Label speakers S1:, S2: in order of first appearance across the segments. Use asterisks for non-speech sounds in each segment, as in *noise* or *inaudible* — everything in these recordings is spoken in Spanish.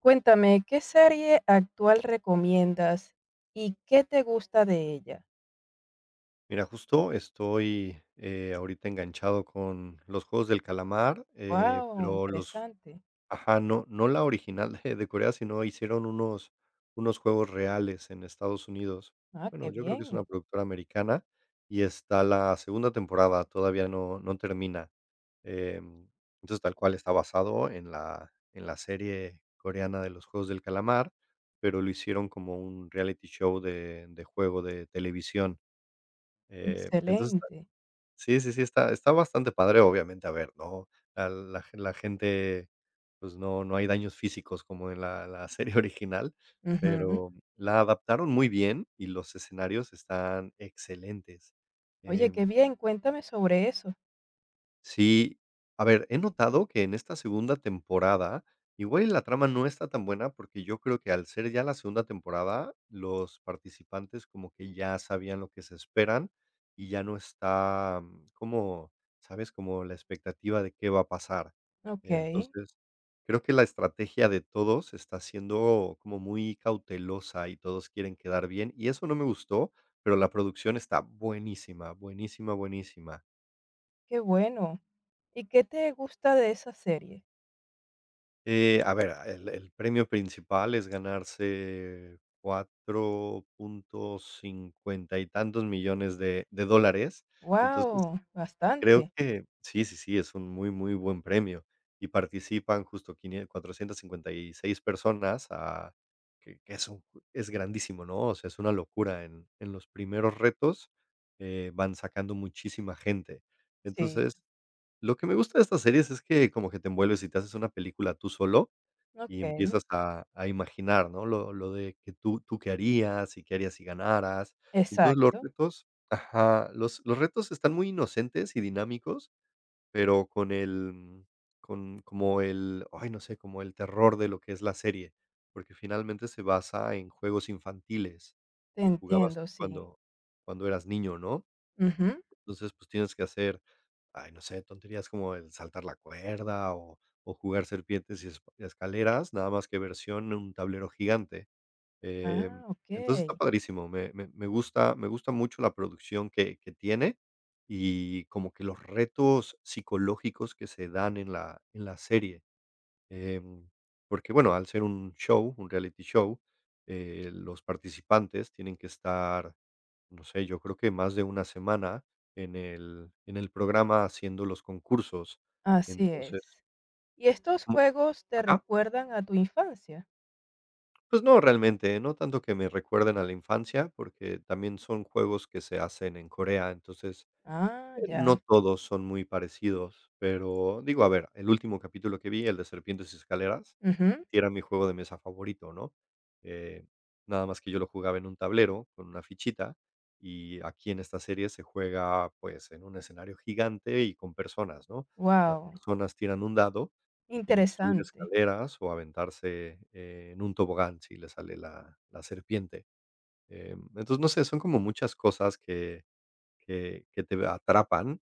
S1: Cuéntame, ¿qué serie actual recomiendas y qué te gusta de ella?
S2: Mira, justo estoy, ahorita enganchado con Los Juegos del Calamar,
S1: Wow,
S2: pero los
S1: interesante.
S2: ajá, no la original de Corea, sino hicieron unos juegos reales en Estados Unidos.
S1: Ah, qué
S2: Bueno, yo creo que es
S1: bien,
S2: una productora americana, y está la segunda temporada, todavía no termina. Em, entonces, tal cual está basado en la serie coreana de Los Juegos del Calamar, pero lo hicieron como un reality show de juego de televisión. Entonces
S1: excelente.
S2: sí, sí, sí, está bastante padre. Obviamente, a ver, ¿no? La gente, pues, no hay daños físicos como en la serie *laughs* original,
S1: Ujú.
S2: pero la adaptaron muy bien y los escenarios están excelentes.
S1: Oye, qué
S2: em
S1: bien, cuéntame sobre eso.
S2: Sí, a ver, he notado que en esta segunda temporada, igual y la trama no está tan buena, porque yo creo que, al ser ya la segunda temporada, los participantes como que ya sabían lo que se esperan y ya no está, como, ¿sabes? Como la expectativa de qué va a pasar.
S1: Okey,
S2: Entonces, creo que la estrategia de todos está siendo como muy cautelosa y todos quieren quedar bien y eso no me gustó, pero la producción está buenísima, buenísima, buenísima.
S1: qué bueno. ¿Y qué te gusta de esa serie?
S2: A ver, el premio principal es ganarse cuatro punto cincuenta y tantos millones de dólares. Entonces,
S1: Wow,
S2: creo
S1: bastante.
S2: que sí, sí, sí, es un muy, muy buen premio. Y participan justo quinientos quinie 456 personas, ah, que es grandísimo, ¿no? O sea, es una locura. En los primeros retos, van sacando muchísima gente.
S1: Sí,
S2: Entonces, lo que me gusta de estas series es que como que te envuelves y te haces una película tú solo y empiezas
S1: okey,
S2: a imaginar, ¿no? Lo de que tú qué harías, y qué harías si ganaras. Entonces, los
S1: exacto,
S2: retos, ajá, los retos están muy inocentes y dinámicos, pero con el, con como el, ay, no sé, como el terror de lo que es la serie, porque finalmente se basa en juegos infantiles
S1: te
S2: que jugabas
S1: entiendo,
S2: tú
S1: sí.
S2: cuando eras niño, ¿no?
S1: Ujú.
S2: Entonces, pues, tienes que hacer, ay, no sé, tonterías como el saltar la cuerda o jugar serpientes y escaleras, nada más que versión en un tablero gigante. Em,
S1: Ah,
S2: entonces está
S1: okey,
S2: padrísimo, me gusta mucho la producción que tiene y como que los retos psicológicos que se dan en la serie. Em, Porque, bueno, al ser un show, un reality show, los participantes tienen que estar, no sé, yo creo que más de una semana en el programa haciendo los concursos.
S1: así
S2: Entonces,
S1: es. ¿Y estos
S2: como
S1: juegos te
S2: ajá,
S1: recuerdan a tu infancia?
S2: pues no, realmente, no tanto que me recuerden a la infancia, porque también son juegos que se hacen en Corea. Entonces,
S1: Ah,
S2: no
S1: ya.
S2: todos son muy parecidos, pero digo, a ver, el último capítulo que vi, el de Serpientes y Escaleras.
S1: Ujú.
S2: Sí, era mi juego de mesa favorito, ¿no? Eh, Nada más que yo lo jugaba en un tablero con una fichita, y aquí en esta serie se juega, pues, en un escenario gigante y con personas, ¿no? Las
S1: Guau,
S2: personas tiran un dado y tienen que subir
S1: interesante.
S2: escaleras o aventarse, en un tobogán si les sale la serpiente. Entonces, no sé, son como muchas cosas que te atrapan,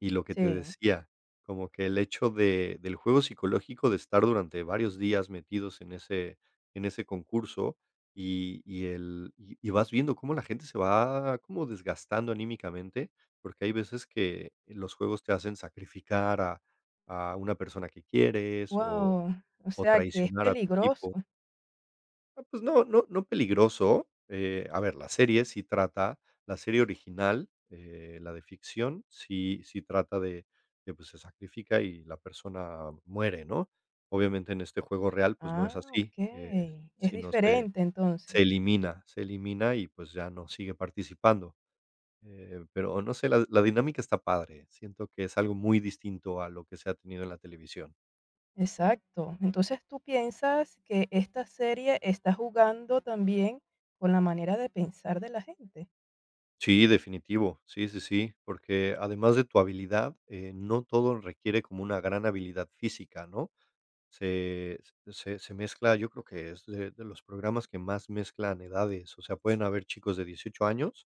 S2: y lo que te
S1: Sí.
S2: decía, como que el hecho de del juego psicológico de estar durante varios días metidos en ese concurso, y el y vas viendo cómo la gente se va como desgastando anímicamente, porque hay veces que los juegos te hacen sacrificar a una persona que quieres, o
S1: Wow. ¿O
S2: o
S1: sea que es
S2: traicionar a tu equipo.
S1: peligroso?
S2: Ah, pues no peligroso. A ver, la serie sí trata, la serie original, la de ficción, sí, sí, trata de, pues, se sacrifica y la persona muere, ¿no? Obviamente, en este juego real, pues, no es
S1: Ah,
S2: así,
S1: okey. Es
S2: sino se
S1: diferente entonces.
S2: elimina y, pues, ya no sigue participando, pero no sé, la dinámica está padre, siento que es algo muy distinto a lo que se ha tenido en la televisión.
S1: Exacto. Entonces, tú piensas que esta serie está jugando también con la manera de pensar de la gente.
S2: Sí, definitivo. Sí, sí, sí, porque además de tu habilidad, no todo requiere como una gran habilidad física, ¿no? Se se mezcla, yo creo que es de los programas que más mezclan edades. O sea, pueden haber chicos de 18 años,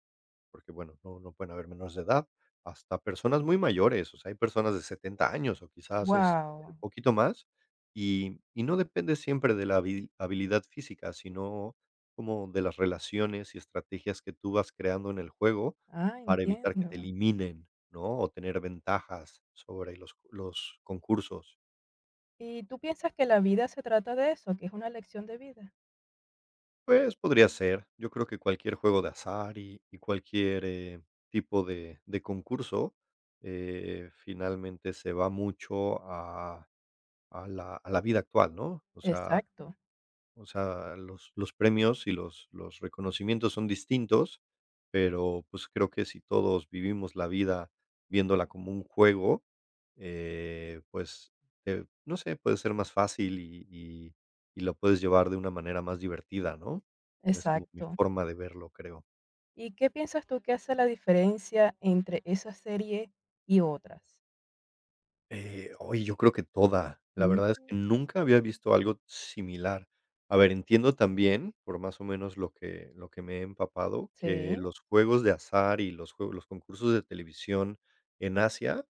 S2: porque, bueno, no pueden haber menores de edad, hasta personas muy mayores. O sea, hay personas de 70 años, o quizás, es un
S1: Wow.
S2: poquito más, y no depende siempre de la habilidad física, sino como de las relaciones y estrategias que tú vas creando en el juego
S1: Ah,
S2: para evitar que te
S1: entiendo.
S2: eliminen, ¿no? O tener ventajas sobre los concursos.
S1: ¿Y tú piensas que la vida se trata de eso, que es una lección de vida?
S2: Pues, podría ser. Yo creo que cualquier juego de azar y cualquier, tipo de concurso, finalmente se va mucho a la vida actual, ¿no?
S1: Exacto,
S2: O sea, los premios y los reconocimientos son distintos, pero, pues, creo que si todos vivimos la vida viéndola como un juego, pues, no sé, puede ser más fácil y lo puedes llevar de una manera más divertida, ¿no? Es como mi
S1: exacto.
S2: forma de verlo, creo.
S1: ¿Y qué piensas tú que hace la diferencia entre esa serie y otras?
S2: Oye, yo creo que toda. La
S1: Mm,
S2: verdad es que nunca había visto algo similar. A ver, entiendo también, por más o menos lo que me he empapado, que
S1: sí,
S2: los juegos de azar y los juegos, los concursos de televisión en Asia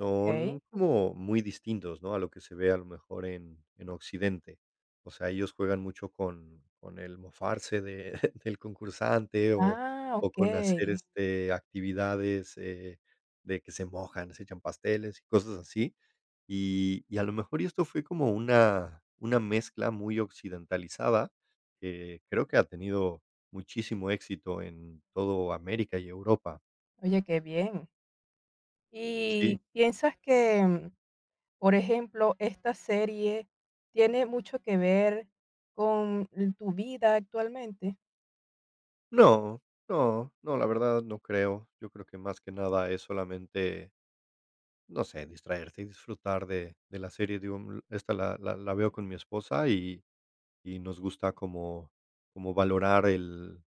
S1: okey.
S2: como muy distintos, ¿no?, a lo que se ve a lo mejor en Occidente. O sea, ellos juegan mucho con el mofarse de *laughs* del concursante o
S1: Ah,
S2: o con hacer,
S1: okey.
S2: este, actividades, de que se mojan, se echan pasteles y cosas así. Y a lo mejor y esto fue como una mezcla muy occidentalizada, que creo que ha tenido muchísimo éxito en todo América y Europa.
S1: Oye, qué bien.
S2: Sí.
S1: ¿Y piensas que, por ejemplo, esta serie tiene mucho que ver con l tu vida actualmente?
S2: No, no, no, la verdad no creo. Yo creo que más que nada es solamente, no sé, distraerte y disfrutar de la serie. Digo, esta la veo con mi esposa y nos gusta como valorar el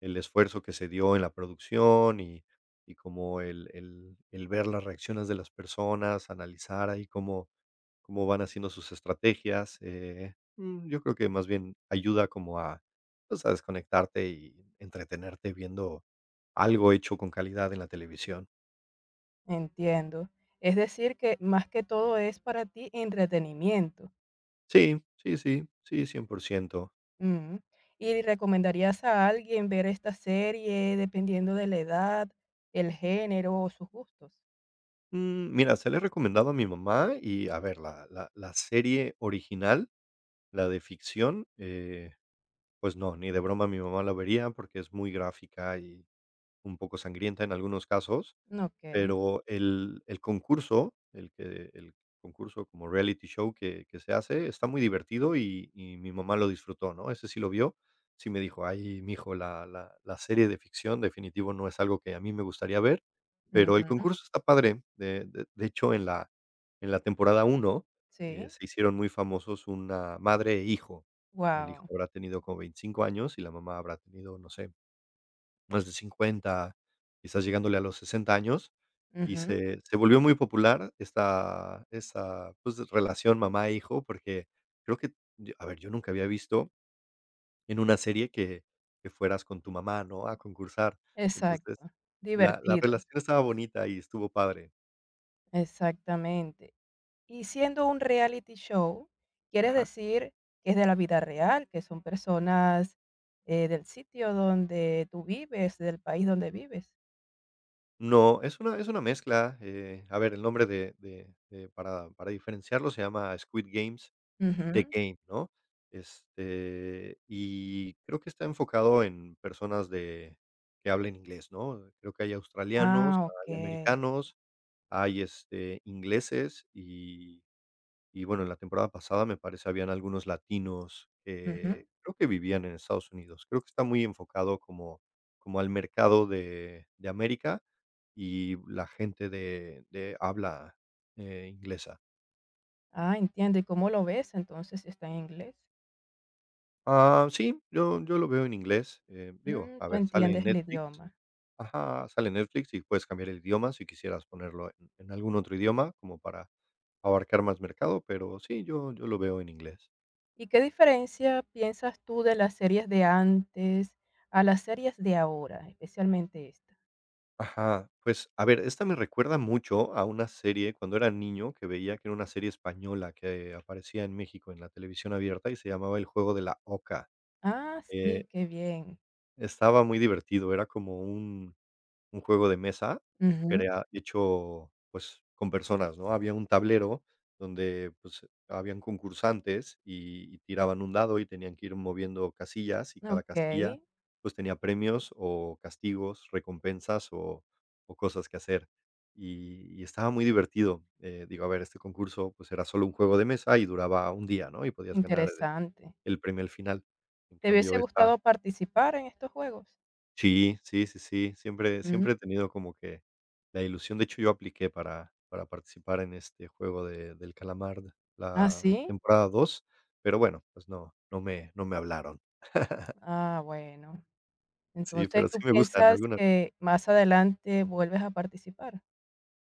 S2: el esfuerzo que se dio en la producción y como el ver las reacciones de las personas, analizar ahí cómo van haciendo sus estrategias, yo creo que más bien ayuda como a, pues, a desconectarte y entretenerte viendo algo hecho con calidad en la televisión.
S1: Entiendo. Es decir, que más que todo es para ti entretenimiento.
S2: Sí, sí, sí, sí, 100%.
S1: Mm. ¿Y recomendarías a alguien ver esta serie dependiendo de la edad, el género o sus gustos?
S2: Mira, se le he recomendado a mi mamá y, a ver, la serie original, la de ficción, pues no, ni de broma mi mamá la vería porque es muy gráfica y un poco sangrienta en algunos casos.
S1: Okey.
S2: Pero el concurso, el que el concurso como reality show que se hace, está muy divertido y mi mamá lo disfrutó, ¿no? Ese sí lo vio, sí me dijo: "Ay, mijo, la serie de ficción definitivo no es algo que a mí me gustaría ver", pero el
S1: Ujú.
S2: concurso está padre. De hecho, en la temporada uno,
S1: Sí.
S2: se hicieron muy famosos una madre e hijo. El hijo
S1: Wow.
S2: habrá tenido como 25 años y la mamá habrá tenido, no sé, más de 50, quizás llegándole a los 60 años, y
S1: Ujú.
S2: se volvió muy popular esta, pues, relación mamá-hijo, porque creo que, yo a ver, yo nunca había visto en una serie que fueras con tu mamá, ¿no?, a concursar. Entonces,
S1: Exacto.
S2: la
S1: Divertido.
S2: relación estaba bonita y estuvo padre.
S1: Exactamente. Y siendo un reality show, ¿quieres
S2: Ajá.
S1: decir que es de la vida real, que son personas, del sitio donde tú vives, del país donde vives?
S2: No, es una mezcla, a ver, el nombre de para diferenciarlo se llama Squid Games. The
S1: Ujú.
S2: Game, ¿no? Este, y creo que está enfocado en personas de que hablen inglés, ¿no? Creo que hay australianos,
S1: Ah,
S2: hay
S1: okey.
S2: americanos, hay, este, ingleses y bueno, en la temporada pasada me parece habían algunos latinos
S1: Ujú.
S2: que creo que vivían en Estados Unidos. Creo que está muy enfocado como al mercado de América y la gente de habla, inglesa.
S1: Ah, entiendo. ¿Y cómo lo ves entonces si está en inglés?
S2: Ah, sí, yo lo veo en inglés. Digo,
S1: Mm.
S2: a
S1: Tú
S2: ver, sale en
S1: entiendes el
S2: Netflix,
S1: idioma.
S2: ajá, sale en Netflix y puedes cambiar el idioma si quisieras ponerlo en algún otro idioma, como para abarcar más mercado, pero sí, yo lo veo en inglés.
S1: ¿Y qué diferencia piensas tú de las series de antes a las series de ahora, especialmente esta?
S2: Ajá, pues, a ver, esta me recuerda mucho a una serie cuando era niño que veía, que era una serie española que aparecía en México en la televisión abierta y se llamaba El juego de la oca.
S1: Ah, sí,
S2: eh,
S1: qué bien.
S2: Estaba muy divertido, era como un juego de mesa,
S1: Ujú.
S2: crea hecho, pues, con personas, ¿no? Había un tablero donde, pues, habían concursantes y tiraban un dado y tenían que ir moviendo casillas, y cada
S1: Ok,
S2: casilla, pues, tenía premios o castigos, recompensas o cosas que hacer. Y estaba muy divertido, digo, a ver, este concurso, pues, era solo un juego de mesa y duraba un día, ¿no? Y podías ganar
S1: interesante.
S2: el premio al final. En
S1: ¿Te
S2: cambio,
S1: hubiese
S2: esta...
S1: gustado participar en estos juegos?
S2: Sí, sí, sí, sí, siempre
S1: Mm.
S2: siempre he tenido como que la ilusión. De hecho, yo apliqué para participar en este juego de del calamar,
S1: ¿Ah,
S2: la
S1: sí?
S2: temporada 2. Pero bueno, pues no, no me hablaron.
S1: Ah, bueno.
S2: Sí,
S1: Entonces
S2: pero sí
S1: tú
S2: me gustan
S1: piensas
S2: algunas...
S1: que más adelante vuelves a participar.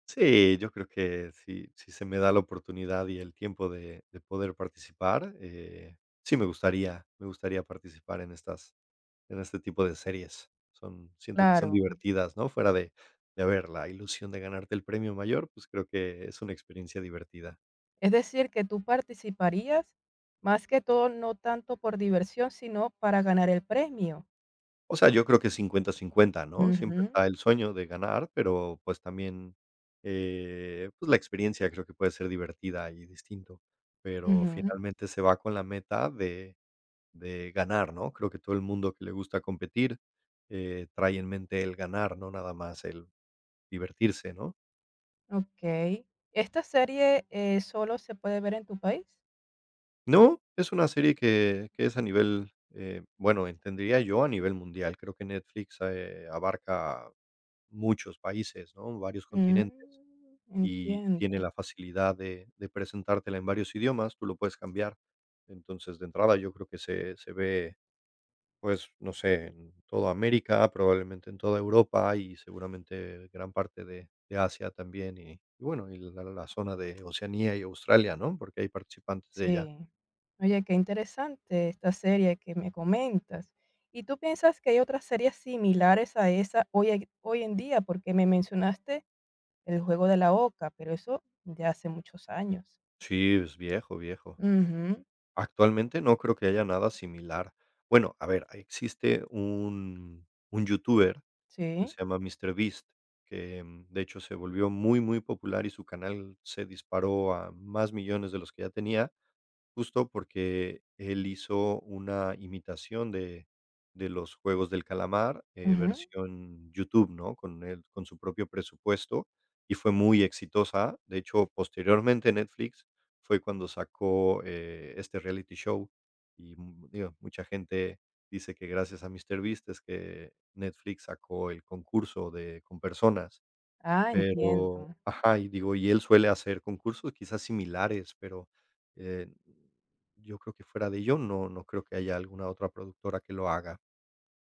S2: Sí, yo creo que si se me da la oportunidad y el tiempo de poder participar, sí me gustaría participar en estas... en este tipo de series. Son... siento que son
S1: Claro.
S2: divertidas, ¿no? Fuera de... a ver, la ilusión de ganarte el premio mayor, pues, creo que es una experiencia divertida.
S1: Es decir, que tú participarías más que todo, no tanto por diversión, sino para ganar el premio.
S2: O sea, yo creo que 50-50, ¿no? Siempre
S1: Ujú,
S2: está el sueño de ganar, pero, pues, también, pues, la experiencia creo que puede ser divertida y distinto, pero
S1: ujú.
S2: finalmente se va con la meta de ganar, ¿no? Creo que todo el mundo que le gusta competir, trae en mente el ganar, no nada más el divertirse, ¿no?
S1: Okey. ¿Esta serie, solo se puede ver en tu país?
S2: No, es una serie que es a nivel, bueno, entendería yo a nivel mundial. Creo que Netflix, abarca muchos países, ¿no? Varios
S1: Mm,
S2: continentes, y
S1: entiendo,
S2: tiene la facilidad de presentártela en varios idiomas, tú lo puedes cambiar. Entonces, de entrada, yo creo que se ve, pues, no sé, en toda América, probablemente en toda Europa y seguramente gran parte de Asia también, y bueno, y la zona de Oceanía y Australia, ¿no? Porque hay participantes de allá.
S1: sí. Oye, qué interesante esta serie que me comentas. ¿Y tú piensas que hay otras series similares a esa hoy en día? Porque me mencionaste El juego de la oca, pero eso de hace muchos años.
S2: Sí, es viejo, viejo.
S1: Ujú,
S2: Actualmente no creo que haya nada similar. Bueno, a ver, existe un youtuber que se
S1: sí.
S2: llama míster Beast que, de hecho, se volvió muy, muy popular y su canal se disparó a más millones de los que ya tenía. Justo porque él hizo una imitación de los juegos del calamar,
S1: Ujú.
S2: versión YouTube, ¿no? Con él, con su propio presupuesto, y fue muy exitosa. De hecho, posteriormente, Netflix fue cuando sacó, este reality show, y, digo, mucha gente dice que gracias a MrBeast es que Netflix sacó el concurso de Con Personas.
S1: Ah,
S2: Pero
S1: entiendo.
S2: ajá, y digo, y él suele hacer concursos quizás similares, pero, eh, yo creo que fuera de ello, no no creo que haya alguna otra productora que lo haga.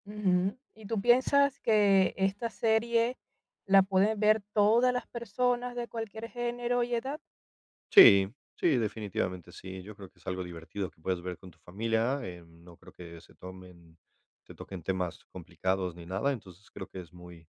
S1: Ujú. ¿Y tú piensas que esta serie la pueden ver todas las personas de cualquier género y edad?
S2: Sí, sí, definitivamente sí, yo creo que es algo divertido que puedes ver con tu familia, no creo que se tomen... se toquen temas complicados ni nada, entonces creo que es muy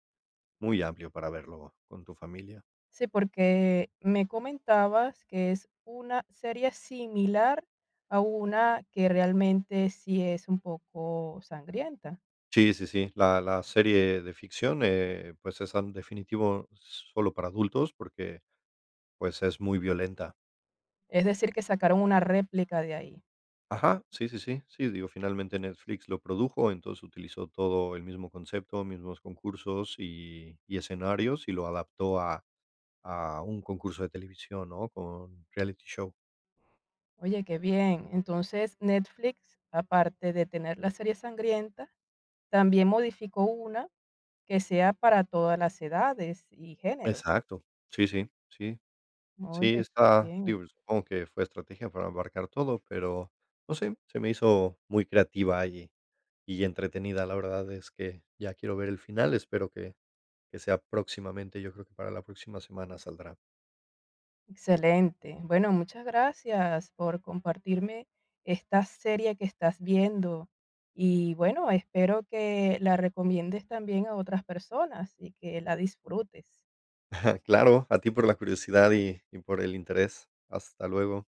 S2: muy amplio para verlo con tu familia.
S1: Sí, porque me comentabas que es una serie similar a una que realmente sí es un poco sangrienta.
S2: Sí, sí, sí, la serie de ficción, pues, es en definitivo solo para adultos porque, pues, es muy violenta.
S1: Es decir, que sacaron una réplica de ahí.
S2: Ajá, sí, sí, sí, sí, digo, finalmente Netflix lo produjo, entonces utilizó todo el mismo concepto, mismos concursos y escenarios, y lo adaptó a un concurso de televisión, ¿no? Con reality show.
S1: Oye, qué bien. Entonces, Netflix, aparte de tener la serie sangrienta, también modificó una que sea para todas las edades y género.
S2: Exacto, sí, sí, sí, sí,
S1: Oye,
S2: está,
S1: bien,
S2: digo, supongo que fue estrategia para abarcar todo, pero no sé, se me hizo muy creativa y entretenida, la verdad es que ya quiero ver el final, espero que sea próximamente, yo creo que para la próxima semana saldrá.
S1: excelente. Bueno, muchas gracias por compartirme esta serie que estás viendo y bueno, espero que la recomiendes también a otras personas y que la disfrutes.
S2: *laughs* Claro, a ti por la curiosidad y por el interés. Hasta luego.